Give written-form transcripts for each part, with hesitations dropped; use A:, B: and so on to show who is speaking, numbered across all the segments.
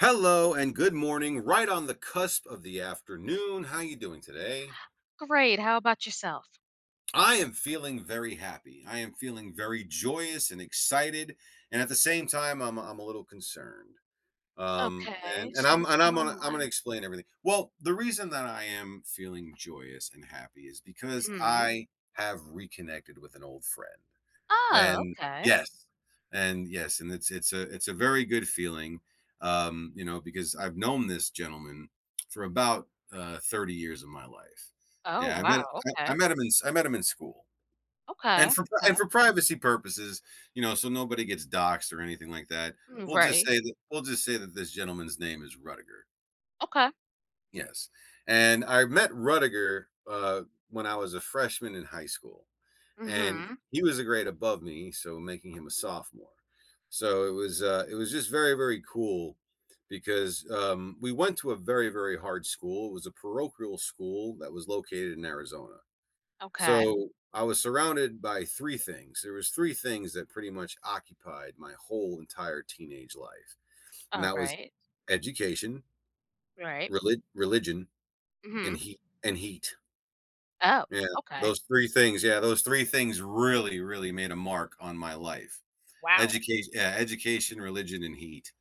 A: Hello and good morning, right on the cusp of the afternoon. How are you doing today?
B: Great, how about yourself?
A: I am feeling very happy. I am feeling very joyous and excited, and at the same time, I'm a little concerned. Um,
B: Okay,
A: and and
B: so
A: I'm
B: what's
A: and I'm
B: going
A: gonna I'm
B: on?
A: gonna explain everything. Well, the reason that I am feeling joyous and happy is because
B: Mhm.
A: I have reconnected with an old friend.
B: Oh,
A: And
B: okay.
A: yes, and yes, and it's a very good feeling, because I've known this gentleman for about, 30 years of my life.
B: Oh,
A: Yeah,
B: wow,
A: I
B: okay.
A: I met him in I met him in school.
B: Okay,
A: And
B: okay.
A: for privacy purposes, you know, so nobody gets doxed or anything like that,
B: Mm, right.
A: we'll just say that this gentleman's name is Ruttiger.
B: Okay.
A: Yes, and I met Ruttiger, when I was a freshman in high school and
B: Mhm.
A: he was a grade above me, so making him a sophomore. So it was just very cool because we went to a very hard school. It was a parochial school that was located in Arizona.
B: Okay.
A: So I was surrounded by three things. There was three things that pretty much occupied my whole entire teenage life, and that was
B: Alright,
A: education,
B: right.
A: religion, and
B: Mhm.
A: heat.
B: Oh,
A: Yeah,
B: okay.
A: those three things. Yeah, those three things really made a mark on my life.
B: Wow,
A: Education, religion, and heat.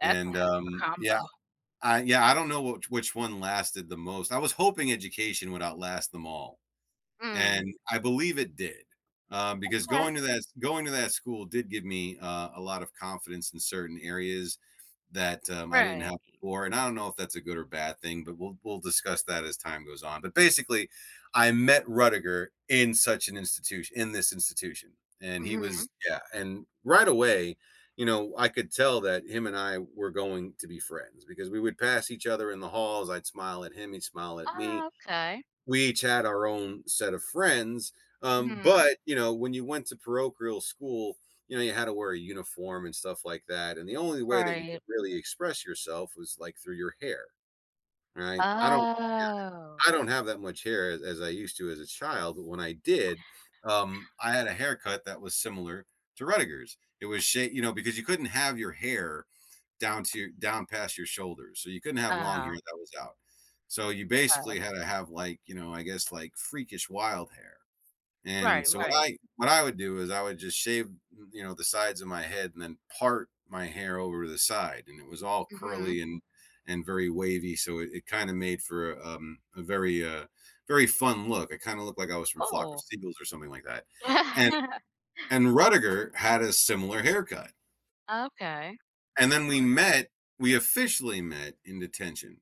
B: that's a
A: And,
B: heck of a
A: yeah,
B: combo.
A: I don't know which one lasted the most. I was hoping education would outlast them all
B: Mm,
A: and I believe it did, because
B: okay,
A: going to that school did give me a lot of confidence in certain areas that, I didn't have
B: right.
A: before, and I don't know if that's a good or bad thing, but we'll discuss that as time goes on. But basically, I met Rudiger in such an institution in this institution, and
B: Mhm.
A: right away, you know, I could tell that him and I were going to be friends because we would pass each other in the halls. I'd smile at him, he'd smile at me.
B: Oh, okay.
A: We each had our own set of friends.
B: Mhm,
A: But you know, when you went to parochial school, you know, you had to wear a uniform and stuff like that. And the only way that you
B: right.
A: could really express yourself was like through your hair, right?
B: Oh.
A: I don't have that much hair as I used to as a child, but when I did, I had a haircut that was similar to Rudiger's. It was shaped, you know, because you couldn't have your hair down past your shoulders, so you couldn't have long
B: Oh,
A: hair that was out. So you basically
B: okay.
A: had to have, like, you know, I guess, like, freakish wild hair, and
B: Right,
A: so what
B: right.
A: I what I would do is I would just shave, you know, the sides of my head and then part my hair over to the side, and it was all
B: Mhm.
A: curly and very wavy, so it kinda made for, a very, very fun look. I kinda looked like I was from Flock of
B: Cool.
A: Seagulls or something like that, and and Rudiger had a similar haircut.
B: Okay.
A: And then we met, we officially met in detention.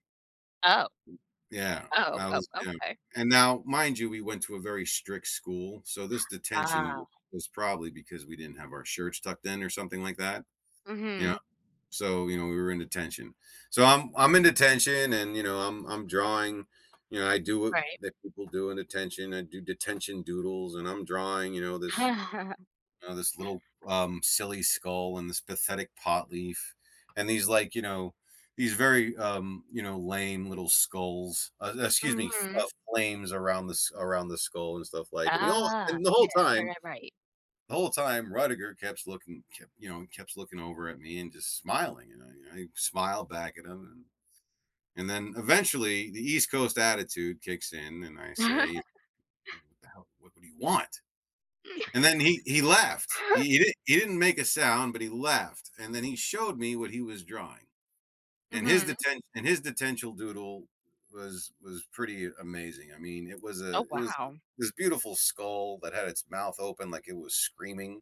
B: Oh.
A: Yeah,
B: Oh,
A: I
B: oh,
A: was yeah.
B: okay.
A: And now, mind you, we went to a very strict school, so this
B: Ah.
A: detention was probably because we didn't have our shirts tucked in or something like that. Yeah.
B: Mhm.
A: So, you know, we were in detention. So I'm in detention and, you know, I'm drawing, you know, I do what
B: Right.
A: that people do in detention. I do detention doodles and I'm drawing, you know, this little, silly skull and this pathetic pot leaf and these, like, you know, these very, you know, lame little skulls, excuse me, f
B: Mhm.
A: flames around the skull and stuff like and the all
B: Ah,
A: and the
B: yeah.
A: whole
B: Right,
A: time
B: right, right.
A: Rudiger kept, you know, kept looking over at me and just smiling, you know, I smiled back at him and then eventually the East Coast attitude kicks in and I say, "What the hell? What do you want?" And then he laughed. He didn't make a sound, but he laughed. And then he showed me what he was drawing. And
B: Mhm.
A: his detentional doodle was pretty amazing. I mean, it was
B: Oh, wow.
A: this beautiful skull that had its mouth open like it was screaming.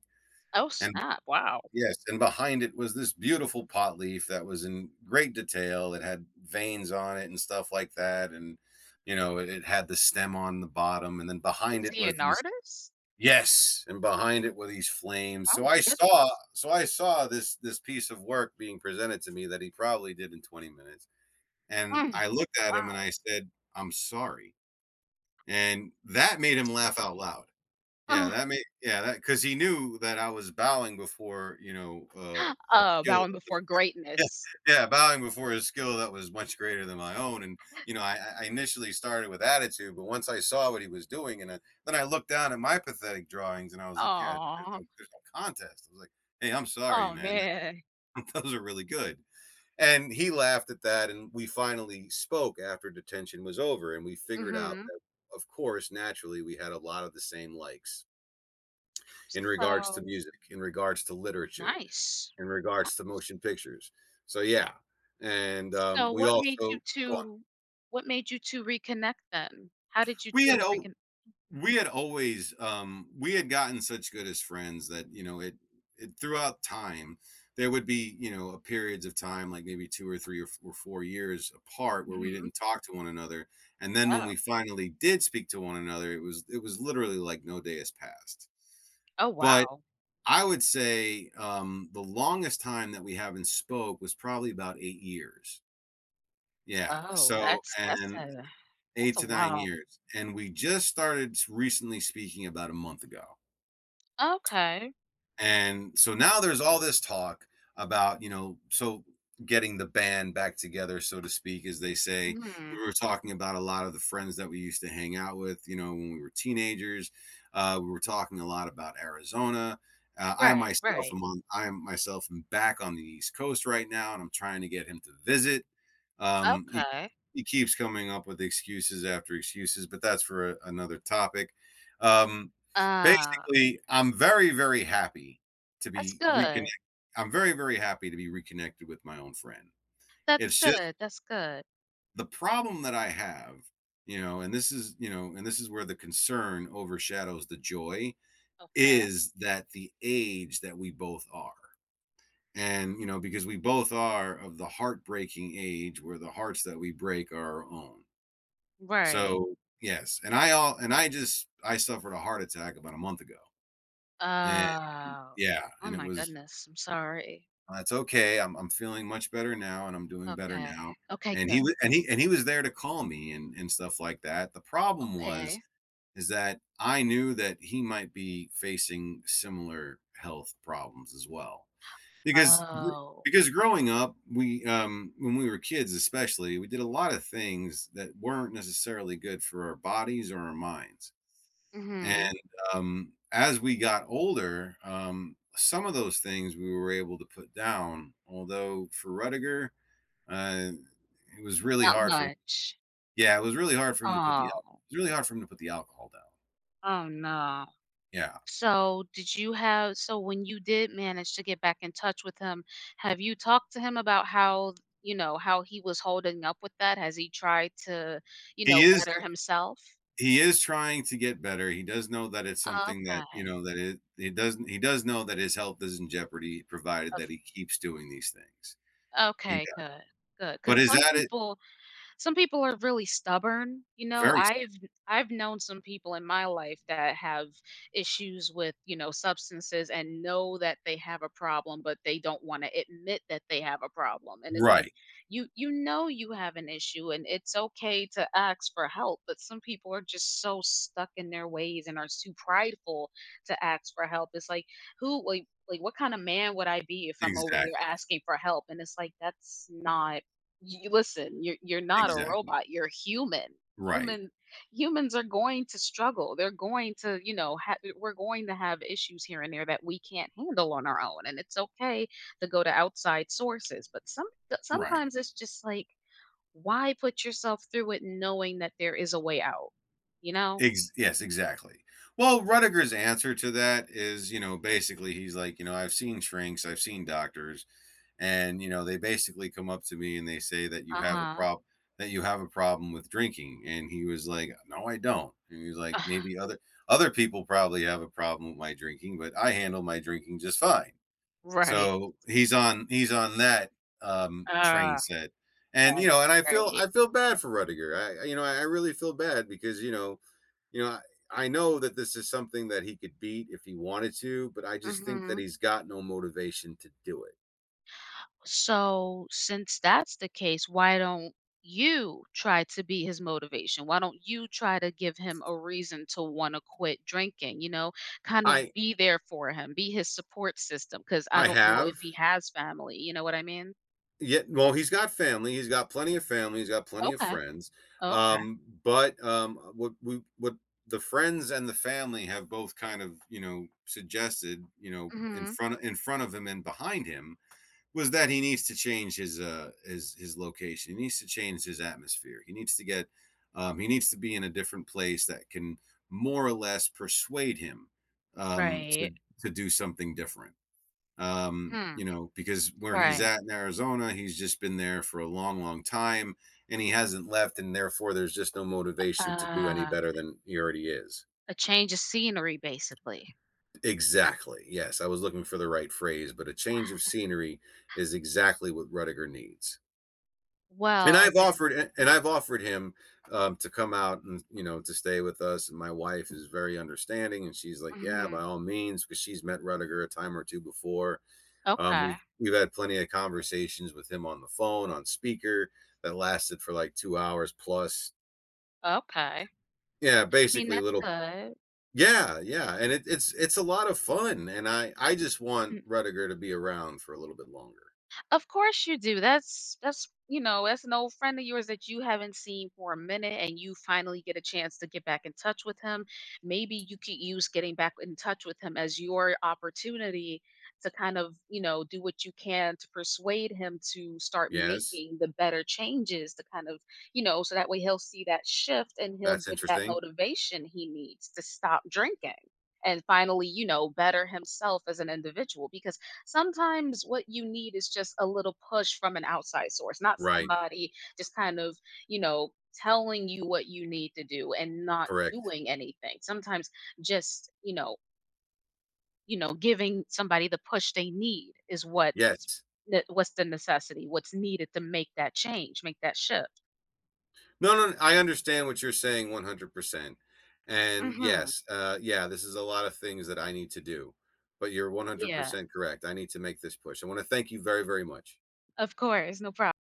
B: Oh,
A: And
B: snap. Wow.
A: yes, and behind it was this beautiful pot leaf that was in great detail. It had veins on it and stuff like that. And you know, it had the stem on the bottom, and then
B: Is
A: behind it
B: he
A: was
B: an
A: these
B: artist?
A: Yes, and behind it were these flames.
B: Oh,
A: So
B: my goodness.
A: I saw this piece of work being presented to me that he probably did in 20 minutes, and
B: Mm,
A: I looked at him and
B: wow.
A: I said, "I'm sorry," and that
B: I'm
A: made him
B: sorry.
A: laugh out loud.
B: Oh,
A: That, because he knew that I was bowing before, you know, a
B: oh,
A: skilled,
B: bowing before
A: yeah,
B: greatness.
A: yeah, bowing before a skill that was much greater than my own, and, you know, I initially started with attitude, but once I saw what he was doing, and, then I looked down at my pathetic drawings, and I was like, "Yeah,
B: Oh.
A: there's no contest." I was like, "Hey, I'm sorry,
B: Oh,
A: man.
B: man.
A: Those are really good." And he laughed at that, and we finally spoke after detention was over, and we figured out
B: Mhm.
A: that, of course, naturally, we had a lot of the same likes in regards
B: So
A: to music, in regards to literature,
B: nice.
A: in
B: Yeah.
A: regards to motion pictures. So yeah, and
B: So
A: we
B: what
A: also
B: made you
A: go on.
B: 2 what made you 2 reconnect then? How did you
A: We
B: 2
A: had,
B: end up
A: oh,
B: reconnecting?
A: we had always, we had gotten such good as friends that you know it throughout time there would be, you know, a periods of time like maybe two or three or 4 years apart where we
B: Mhm.
A: didn't talk to one another, and then when
B: Oh.
A: we finally did speak to one another, it was literally like no day has passed.
B: Oh,
A: But
B: wow.
A: I would say, the longest time that we haven't spoke was probably about 8 years. Yeah,
B: Oh,
A: so
B: that's that's
A: and
B: a that's
A: 8
B: a
A: to 9
B: wow.
A: years, and we just started s recently speaking about a month ago,
B: Okay.
A: and so now there's all this talk about, you know, so getting the band back together, so to speak, as they say.
B: Mhm.
A: We were talking about a lot of the friends that we used to hang out with, you know, when we were teenagers. We were talking a lot about Arizona.
B: Right, right.
A: I myself am back on the East Coast right now, and I'm trying to get him to visit. Um, he,
B: Okay.
A: he keeps coming up with excuses after excuses, but that's for another topic. Um,
B: Ah,
A: Basically, I'm very, very happy to
B: that's
A: be
B: good.
A: reconnected. I'm very, very happy to be reconnected with my own friend.
B: That's
A: It's just
B: good. That's good.
A: the problem that I have, you know, and this is, you know, and this is where the concern overshadows the joy
B: Okay.
A: is that the age that we both are. And, you know, because we both are of the heartbreaking age where the hearts that we break are our own.
B: Right.
A: So, yes, and I just I suffered a heart attack about a month ago, and
B: Oh.
A: yeah,
B: Oh
A: and it
B: my
A: was,
B: goodness. I'm sorry.
A: "That's okay, I'm feeling much better now, and I'm doing better
B: Okay.
A: now,"
B: Okay,
A: and
B: good.
A: he wa and he was there to call me and stuff like that. The problem was
B: Okay.
A: is that I knew that he might be facing similar health problems as well, because gr
B: Oh.
A: because growing up, when we were kids especially, we did a lot of things that weren't necessarily good for our bodies or our minds.
B: Mhm.
A: And, as we got older, some of those things we were able to put down, although for Rudiger, uh, it was really
B: Not
A: hard for
B: much.
A: Yeah, it was really hard for him to put the al
B: Oh.
A: it's really hard for him to put the alcohol down.
B: Oh no.
A: Yeah.
B: So, did you have so when you did manage to get back in touch with him, have you talked to him about how, you know, how he was holding up with that? Has he tried to, you
A: He
B: know,
A: is
B: better himself?
A: trying to get better, he does know that it's something that, you
B: Okay.
A: know, that it he doesn't he does know that his health is in jeopardy provided that
B: Of
A: he keeps doing these things. He
B: okay,
A: does.
B: good. Good, because
A: But is
B: some
A: that it
B: people, some people are really stubborn. You know,
A: very
B: I've known some people in my life that have issues with, you know, substances and know that they have a problem, but they don't wanna admit that they have a problem. And it's like,
A: Right.
B: you know you have an issue, and it's okay to ask for help, but some people are just so stuck in their ways and are too prideful to ask for help. It's like, who like, what kinda man would I be if I'm over here
A: Exactly,
B: asking for help? And it's like, that's not you listen, you're not a
A: exactly.
B: robot, you're human.
A: Right,
B: Human Humans are going to struggle. They're going to, you know, we're going to have issues here and there that we can't handle on our own, and it's okay to go to outside sources. But
A: right.
B: sometimes it's just like, why put yourself through it knowing that there is a way out, you know?
A: Yes, exactly. Well, Rudiger's answer to that is, you know, basically he's like, you know, I've seen shrinks, I've seen doctors, and you know, they basically come up to me and they say
B: Uh-huh.
A: that you have a problem with drinking, and he was like, no, I don't. And he was like, maybe other people probably have a problem with my drinking, but I handle my drinking just fine.
B: Right.
A: So, he's on that, train
B: Ah,
A: set, and, you
B: right.
A: know, and
B: Right.
A: I feel bad for Rudiger. You know, I really feel bad because, you know, you know, I know that this is something that he could beat if he wanted to, but I just think that
B: Mhm.
A: he's got no motivation to do it.
B: So, since that's the case, why don't you try to be his motivation? Why don't you try to give him a reason to want to quit drinking? You know, kind of
A: I
B: be there for him, be his support system. Cause I
A: I
B: don't know
A: have.
B: if he has family. You know what I mean?
A: Yeah, well, he's got family. He's got plenty of family. He's got plenty of
B: Okay.
A: friends.
B: Okay.
A: But what we what the friends and the family have both kind of, you know, suggested, you know,
B: Hmm.
A: in front of him and behind him was that he needs to change his his location. He needs to change his atmosphere. He needs to get, he needs to be in a different place that can more or less persuade him, um,
B: Right.
A: to to do something different,
B: Hmm.
A: you know, because where he's
B: Right.
A: at in Arizona, he's just been there for a long, long time, and he hasn't left, and therefore there's just no motivation to do any
B: Uh,
A: better than he already is.
B: a change of scenery, basically.
A: Exactly. Yes, I was looking for the right phrase, but a change of scenery is exactly what Rudiger needs. And
B: Well,
A: I've
B: then.
A: offered and I've offered him, to come out and you know to stay with us. And my wife is very understanding, and she's like, "Yeah,
B: Mhm.
A: by all means," because she's met Rudiger a time or two before. Um,
B: Okay.
A: we've we've had plenty of conversations with him on the phone, on speaker that lasted for like 2 hours plus.
B: Okay.
A: Yeah,
B: I mean,
A: basically
B: that's
A: little
B: good.
A: yeah. And it's a lot of fun. And I just want Rudiger to be around for a little bit longer.
B: Of course you do. That's an old friend of yours that you haven't seen for a minute and you finally get a chance to get back in touch with him. Maybe you could use getting back in touch with him as your opportunity to kind of, you know, do what you can to persuade him to start
A: Yes,
B: making the better changes to kind of, you know, so that way he'll see that shift and he'll
A: that's
B: get that
A: interesting.
B: motivation he needs to stop drinking and finally, you know, better himself as an individual. Because sometimes what you need is just a little push from an outside source, not
A: Right,
B: somebody just kind of, you know, telling you what you need to do and not
A: correct.
B: doing anything. Sometimes just, you know, giving somebody the push they need is what's
A: Yes.
B: what's the necessity, what's needed to make that change, make that shift.
A: No, no, I understand what you're saying 100%. And
B: Hmm.
A: yes, yeah, this is a lot of things that I need to do. But you're
B: Yeah,
A: 100% correct. I need to make this push. I want to thank you very, very much.
B: of course, no problem.